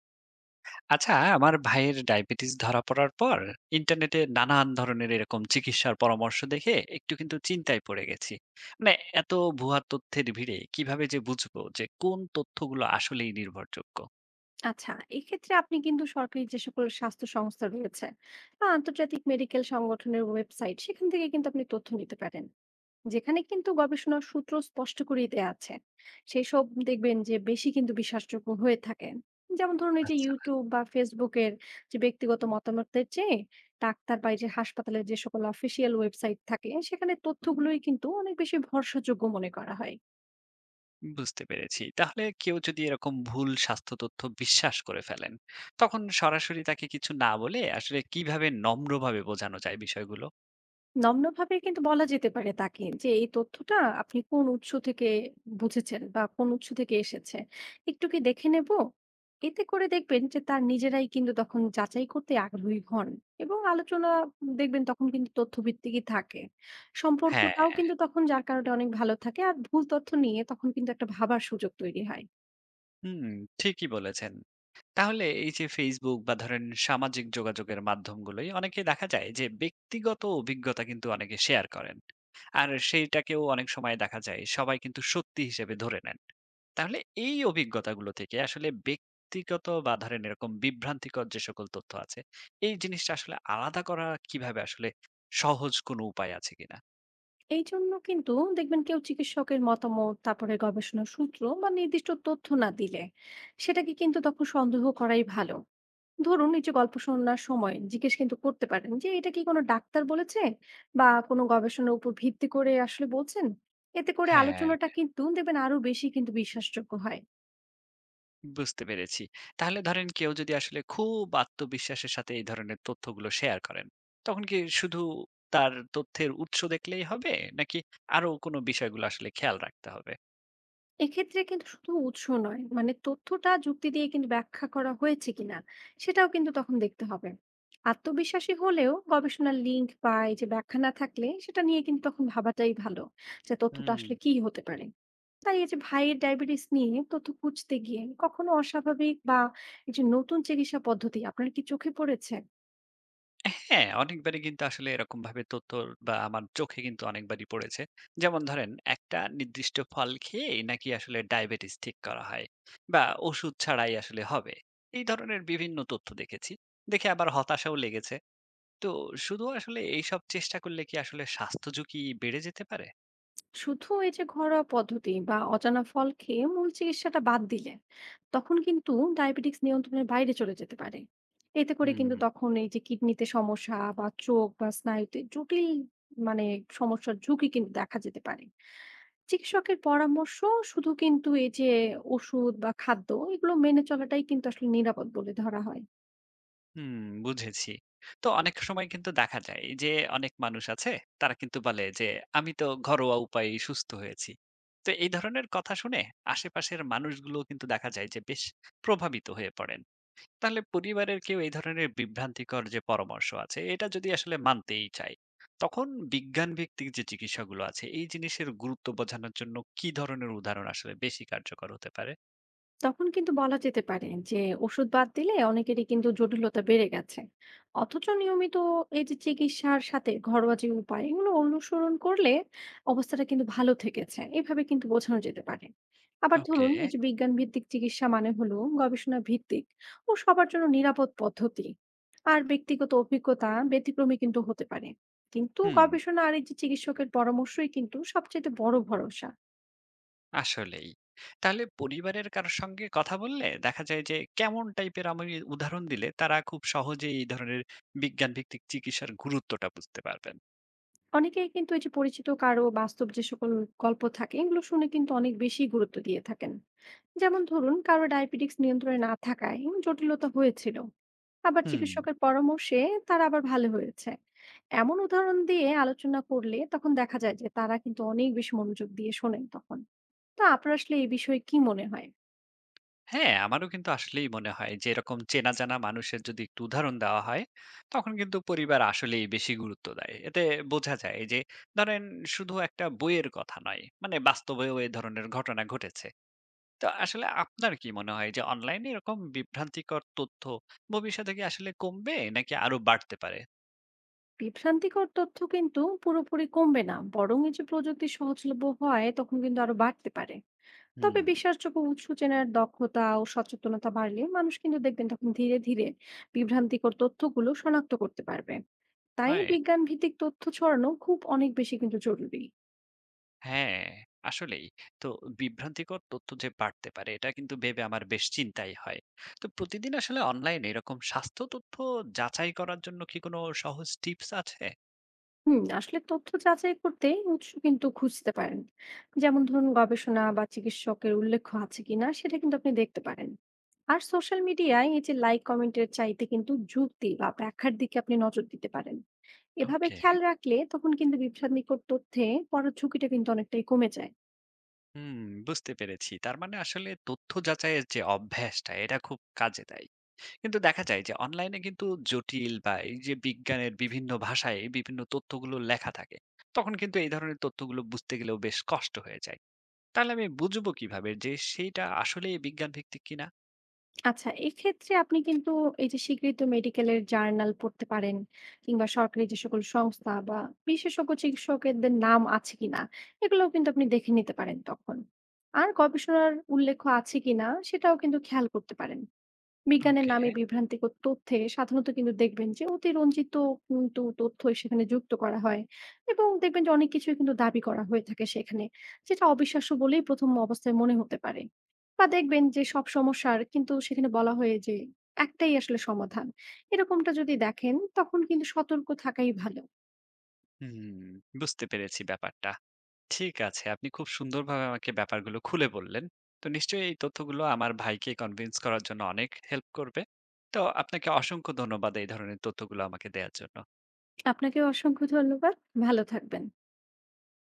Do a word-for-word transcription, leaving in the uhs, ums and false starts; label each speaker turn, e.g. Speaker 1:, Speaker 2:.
Speaker 1: আচ্ছা, আমার ভাইয়ের ডায়াবেটিস ধরা পড়ার পর ইন্টারনেটে নানান ধরনের এরকম চিকিৎসার পরামর্শ দেখে একটু কিন্তু চিন্তায় পড়ে গেছি। মানে এত ভুয়া তথ্যের ভিড়ে কিভাবে যে বুঝবো যে কোন তথ্যগুলো আসলেই নির্ভরযোগ্য?
Speaker 2: আচ্ছা, এক্ষেত্রে আপনি কিন্তু সরকারি যে সকল স্বাস্থ্য সংস্থা রয়েছে বা আন্তর্জাতিক মেডিকেল সংগঠনের ওয়েবসাইট সেখান থেকে কিন্তু আপনি তথ্য নিতে পারেন, যেখানে কিন্তু গবেষণার সূত্র স্পষ্ট করেই দেয়া আছে। সেই সব দেখবেন যে বেশি কিন্তু বিশ্বাসযোগ্য হয়ে থাকে। যেমন ধরুন এই যে
Speaker 1: আচ্ছা,
Speaker 2: ইউটিউব বা ফেসবুকের যে ব্যক্তিগত মতামতের চেয়ে ডাক্তার বা এই যে হাসপাতালের যে সকল অফিসিয়াল ওয়েবসাইট থাকে সেখানে তথ্যগুলোই কিন্তু অনেক বেশি ভরসাযোগ্য মনে করা হয়।
Speaker 1: বুঝতে পেরেছি। তাহলে কেউ যদি এরকম ভুল স্বাস্থ্য তথ্য বিশ্বাস করে ফেলেন, তখন সরাসরি তাকে কিছু না বলে আসলে কিভাবে নম্রভাবে বোঝানো যায় বিষয়গুলো?
Speaker 2: নগ্নভাবে কিন্তু বলা যেতে পারে তাকে যে এই তথ্যটা আপনি কোন উৎস থেকে বুঝেছেন বা কোন উৎস থেকে এসেছে, একটু কি দেখে নেব। এতে করে দেখবেন যে তার নিজেরাই কিন্তু তখন যাচাই করতে আগ্রহী হন, এবং আলোচনা দেখবেন তখন কিন্তু তথ্যভিত্তিকই থাকে।
Speaker 1: হ্যাঁ।
Speaker 2: সম্পর্কটাও কিন্তু তখন যার কারণে অনেক ভালো থাকে, আর ভুল তথ্য নিয়ে তখন কিন্তু একটা ভাবার সুযোগ তৈরি হয়।
Speaker 1: হুম, ঠিকই বলেছেন। তাহলে এই যে Facebook বা ধরেন সামাজিক যোগাযোগের মাধ্যমগুলোই অনেকেই দেখা যায় যে ব্যক্তিগত অভিজ্ঞতা কিন্তু অনেকে শেয়ার করেন। আর সেইটাকেও অনেক সময় দেখা যায় সবাই কিন্তু সত্যি হিসেবে ধরে নেন। তাহলে এই অভিজ্ঞতাগুলো থেকে আসলে ব্যক্তিগত বা ধরেন এরকম বিভ্রান্তিকর যে সকল তথ্য আছে, এই জিনিসটা আসলে আলাদা করা কিভাবে আসলে সহজ কোনো উপায় আছে কিনা?
Speaker 2: এই জন্য কিন্তু দেখবেন কেউ চিকিৎসকের মতামত তারপরে গবেষণার সূত্র বা নির্দিষ্ট তথ্য না দিলে সেটাকে কিন্তু তখন সন্দেহ করাই ভালো। ধরুন এই যে গল্প শোনার সময় জিজ্ঞেস কিন্তু করতে পারেন যে এটা কি কোনো ডাক্তার বলেছে বা কোনো গবেষণার উপর ভিত্তি করে আসলে বলছেন। এতে করে
Speaker 1: হ্যাঁ।
Speaker 2: আলোচনাটা কিন্তু দেখবেন আরো বেশি কিন্তু বিশ্বাসযোগ্য হয়।
Speaker 1: বুঝতে পেরেছি। তাহলে ধরেন কেউ যদি আসলে খুব আত্মবিশ্বাসের সাথে এই ধরনের তথ্যগুলো শেয়ার করেন, তখন কি শুধু তার তথ্যের উৎস দেখলেই হবে? নাকি আরো কোনো বিষয়গুলো আসলে খেয়াল রাখতে হবে?
Speaker 2: এক্ষেত্রে কিন্তু শুধু উৎস নয়, মানে তথ্যটা যুক্তি দিয়ে কিন্তু ব্যাখ্যা করা হয়েছে কিনা সেটাও কিন্তু তখন দেখতে হবে। আত্মবিশ্বাসী হলেও গবেষণার লিঙ্ক বা এই যে ব্যাখ্যা না থাকলে সেটা নিয়ে কিন্তু তখন ভাবাটাই ভালো যে তথ্যটা
Speaker 1: হুম।
Speaker 2: আসলে কি হতে পারে। তাই এই যে ভাইয়ের ডায়াবেটিস নিয়ে তথ্য খুঁজতে গিয়ে কখনো অস্বাভাবিক বা এই যে নতুন চিকিৎসা পদ্ধতি আপনার কি চোখে পড়েছে?
Speaker 1: হ্যাঁ, অনেকবারই কিন্তু আসলে এরকমভাবে তথ্য বা আমার চোখে কিন্তু অনেকবারই পড়েছে। যেমন ধরেন একটা নির্দিষ্ট ফল খেয়েই নাকি আসলে ডায়াবেটিস ঠিক করা হয় বা ওষুধ ছাড়াই আসলে হবে। এই ধরনের বিভিন্ন তথ্য দেখেছি। দেখে আবার হতাশাও লেগেছে। তো শুধু আসলে এইসব চেষ্টা করলে কি আসলে স্বাস্থ্য ঝুঁকি বেড়ে যেতে পারে?
Speaker 2: শুধু এই যে ঘরোয়া পদ্ধতি বা অজানা ফল খেয়ে মূল চিকিৎসাটা বাদ দিলে তখন কিন্তু ডায়াবেটিস নিয়ন্ত্রণের বাইরে চলে যেতে পারে। এতে করে
Speaker 1: হুম।
Speaker 2: কিন্তু তখন এই যে কিডনিতে সমস্যা বা চোখ বা স্নায়ুতে জটিল, মানে সমস্যার ঝুঁকি কিন্তু দেখা যেতে পারে। চিকিৎসকের পরামর্শ, শুধু কিন্তু এই যে ওষুধ বা খাদ্য, এগুলো মেনে চলাটাই কিন্তু আসলে নিরাপদ বলে ধরা হয়।
Speaker 1: হুম, বুঝেছি। তো অনেক সময় কিন্তু দেখা যায় যে অনেক মানুষ আছে তারা কিন্তু বলে যে আমি তো ঘরোয়া উপায়ে সুস্থ হয়েছি। তো এই ধরনের কথা শুনে আশেপাশের মানুষগুলো কিন্তু দেখা যায় যে বেশ প্রভাবিত হয়ে পড়েন। তাহলে পরিবারের কেউ এই ধরনের বিভ্রান্তিকর যে পরামর্শ আছে এটা যদি আসলে মানতেই চায় তখন বিজ্ঞান ভিত্তিক যে চিকিৎসাগুলো আছে এই জিনিসের গুরুত্ব বোঝানোর জন্য কি ধরনের উদাহরণ আসলে বেশি কার্যকর হতে পারে?
Speaker 2: তখন কিন্তু বলা যেতে পারে যে ওষুধ বাদ দিলে অনেকেরই কিন্তু জটিলতা বেড়ে গেছে, অথচ নিয়মিত এই যে চিকিৎসার সাথে ঘরোয়া যে উপায় এগুলো অনুসরণ করলে অবস্থাটা কিন্তু ভালো থেকেছে, এভাবে কিন্তু বোঝানো যেতে পারে। আবার
Speaker 1: ওকে।
Speaker 2: ধরুন এই যে বিজ্ঞান ভিত্তিক চিকিৎসা মানে হলো গবেষণা ভিত্তিক ও সবার জন্য নিরাপদ পদ্ধতি। আর ব্যক্তিগত অভিজ্ঞতা ব্যতিক্রমী কিন্তু হতে পারে, কিন্তু
Speaker 1: হুম।
Speaker 2: গবেষণা আর এই যে চিকিৎসকের পরামর্শই কিন্তু সবচেয়ে বড় ভরসা।
Speaker 1: আসলেই। তাহলে পরিবারের কারোর সঙ্গে কথা বললে দেখা যায় যে কেমন টাইপের আমি উদাহরণ দিলে তারা খুব সহজে এই ধরনের বিজ্ঞান ভিত্তিক চিকিৎসার গুরুত্বটা বুঝতে পারবেন।
Speaker 2: অনেকেই কিন্তু এই যে পরিচিত কারো বাস্তব যে সকল গল্প থাকে এগুলো শুনে কিন্তু অনেক বেশি গুরুত্ব দিয়ে থাকেন। যেমন ধরুন কারো ডায়াবেটিক্স নিয়ন্ত্রণে না থাকায় জটিলতা হয়েছিল, আবার
Speaker 1: হুম।
Speaker 2: চিকিৎসকের পরামর্শে তারা আবার ভালো হয়েছে, এমন উদাহরণ দিয়ে আলোচনা করলে তখন দেখা যায় যে তারা কিন্তু অনেক বেশি মনোযোগ দিয়ে শোনেন তখন। তো আপনার আসলে এই বিষয়ে কি মনে হয়?
Speaker 1: হ্যাঁ, আমারও কিন্তু আসলেই মনে হয় যে এরকম চেনা জানা মানুষের যদি একটু উদাহরণ দেওয়া হয়, তখন কিন্তু পরিবার আসলেই বেশি গুরুত্ব দেয়। এতে বোঝা যায় যে ধরেন শুধু একটা বইয়ের কথা নয়, মানে বাস্তবেও এ ধরনের ঘটনা ঘটেছে। তো আসলে আপনার কি মনে হয় যে অনলাইনে এরকম বিভ্রান্তিকর তথ্য ভবিষ্যতে কি আসলে কমবে নাকি আরো বাড়তে পারে?
Speaker 2: বিভ্রান্তিকর তথ্য কিন্তু পুরোপুরি কমবে না, বরং এই যে প্রযুক্তি সহজলভ্য হয় তখন কিন্তু আরো বাড়তে পারে।
Speaker 1: হুম,
Speaker 2: তবে বিশ্বাসযোগ্য উৎস চেনার দক্ষতা ও সচেতনতা বাড়লে মানুষ কিন্তু দেখবেন তখন ধীরে ধীরে বিভ্রান্তিকর তথ্যগুলো শনাক্ত করতে পারবে। তাই
Speaker 1: রাইট।
Speaker 2: বিজ্ঞান ভিত্তিক তথ্য ছড়ানো খুব অনেক বেশি কিন্তু জরুরি।
Speaker 1: হ্যাঁ, আসলেই। তো বিভ্রান্তিকর তথ্য যে বাড়তে পারে, এটা কিন্তু ভেবে আমার বেশ চিন্তাই হয়। তো প্রতিদিন আসলে অনলাইনে এরকম স্বাস্থ্য তথ্য যাচাই করার জন্য কি কোনো সহজ টিপস আছে?
Speaker 2: হুম, আসলে তথ্য যাচাই করতে উৎস কিন্তু খুঁজতে পারেন। যেমন ধরুন গবেষণা বা চিকিৎসকের উল্লেখ আছে কিনা সেটা কিন্তু আপনি দেখতে পারেন। আর সোশ্যাল মিডিয়ায় এই যে লাইক কমেন্টের চাইতে কিন্তু যুক্তি বা ব্যাখ্যার দিকে আপনি নজর দিতে পারেন। এভাবে
Speaker 1: ওকে।
Speaker 2: খেয়াল রাখলে তখন কিন্তু বিভ্রান্তিকর তথ্যে পড়ার ঝুঁকিটা কিন্তু অনেকটাই কমে যায়।
Speaker 1: হুম, বুঝতে পেরেছি। তার মানে আসলে তথ্য যাচাইয়ের যে অভ্যাসটা, এটা খুব কাজে দেয়। কিন্তু দেখা যায় যে অনলাইনে কিন্তু জটিল বা এই যে বিজ্ঞানের বিভিন্ন ভাষায় বিভিন্ন তথ্যগুলো লেখা থাকে। তখন কিন্তু এই ধরনের তথ্যগুলো বুঝতে গেলেও বেশ কষ্ট হয়ে যায়। তাহলে আমি বুঝবো কিভাবে যে সেইটা আসলেই বিজ্ঞান ভিত্তিক কিনা?
Speaker 2: আচ্ছা, এক্ষেত্রে আপনি কিন্তু এই যে স্বীকৃত মেডিকেলের জার্নাল পড়তে পারেন, কিংবা সরকারি যে সকল সংস্থা বা বিশেষজ্ঞ চিকিৎসকদের নাম আছে কিনা এগুলোও কিন্তু আপনি দেখে নিতে পারেন তখন। আর গবেষণার উল্লেখ আছে কিনা সেটাও কিন্তু খেয়াল করতে পারেন। বিজ্ঞানের
Speaker 1: ওকে।
Speaker 2: নামে বিভ্রান্তিকর তথ্যে সাধারণত কিন্তু দেখবেন যে অতিরঞ্জিত কিন্তু তথ্য সেখানে যুক্ত করা হয়, এবং দেখবেন যে অনেক কিছুই কিন্তু দাবি করা হয়ে থাকে সেখানে যেটা অবিশ্বাস্য বলেই প্রথম অবস্থায় মনে হতে পারে। বা দেখবেন যে সব সমস্যার কিন্তু সেখানে বলা হয়ে যে একটাই আসলে সমাধান, এরকমটা যদি দেখেন তখন কিন্তু সতর্ক থাকাই ভালো।
Speaker 1: হুম, বুঝতে পেরেছি ব্যাপারটা। ঠিক আছে। আপনি খুব সুন্দরভাবে আমাকে ব্যাপারগুলো খুলে বললেন। তো নিশ্চয়ই এই তথ্যগুলো আমার ভাইকে কনভিন্স করার জন্য অনেক হেল্প করবে। তো আপনাকে অসংখ্য ধন্যবাদ এই ধরনের তথ্যগুলো আমাকে দেয়ার জন্য।
Speaker 2: আপনাকেও অসংখ্য ধন্যবাদ। ভালো থাকবেন।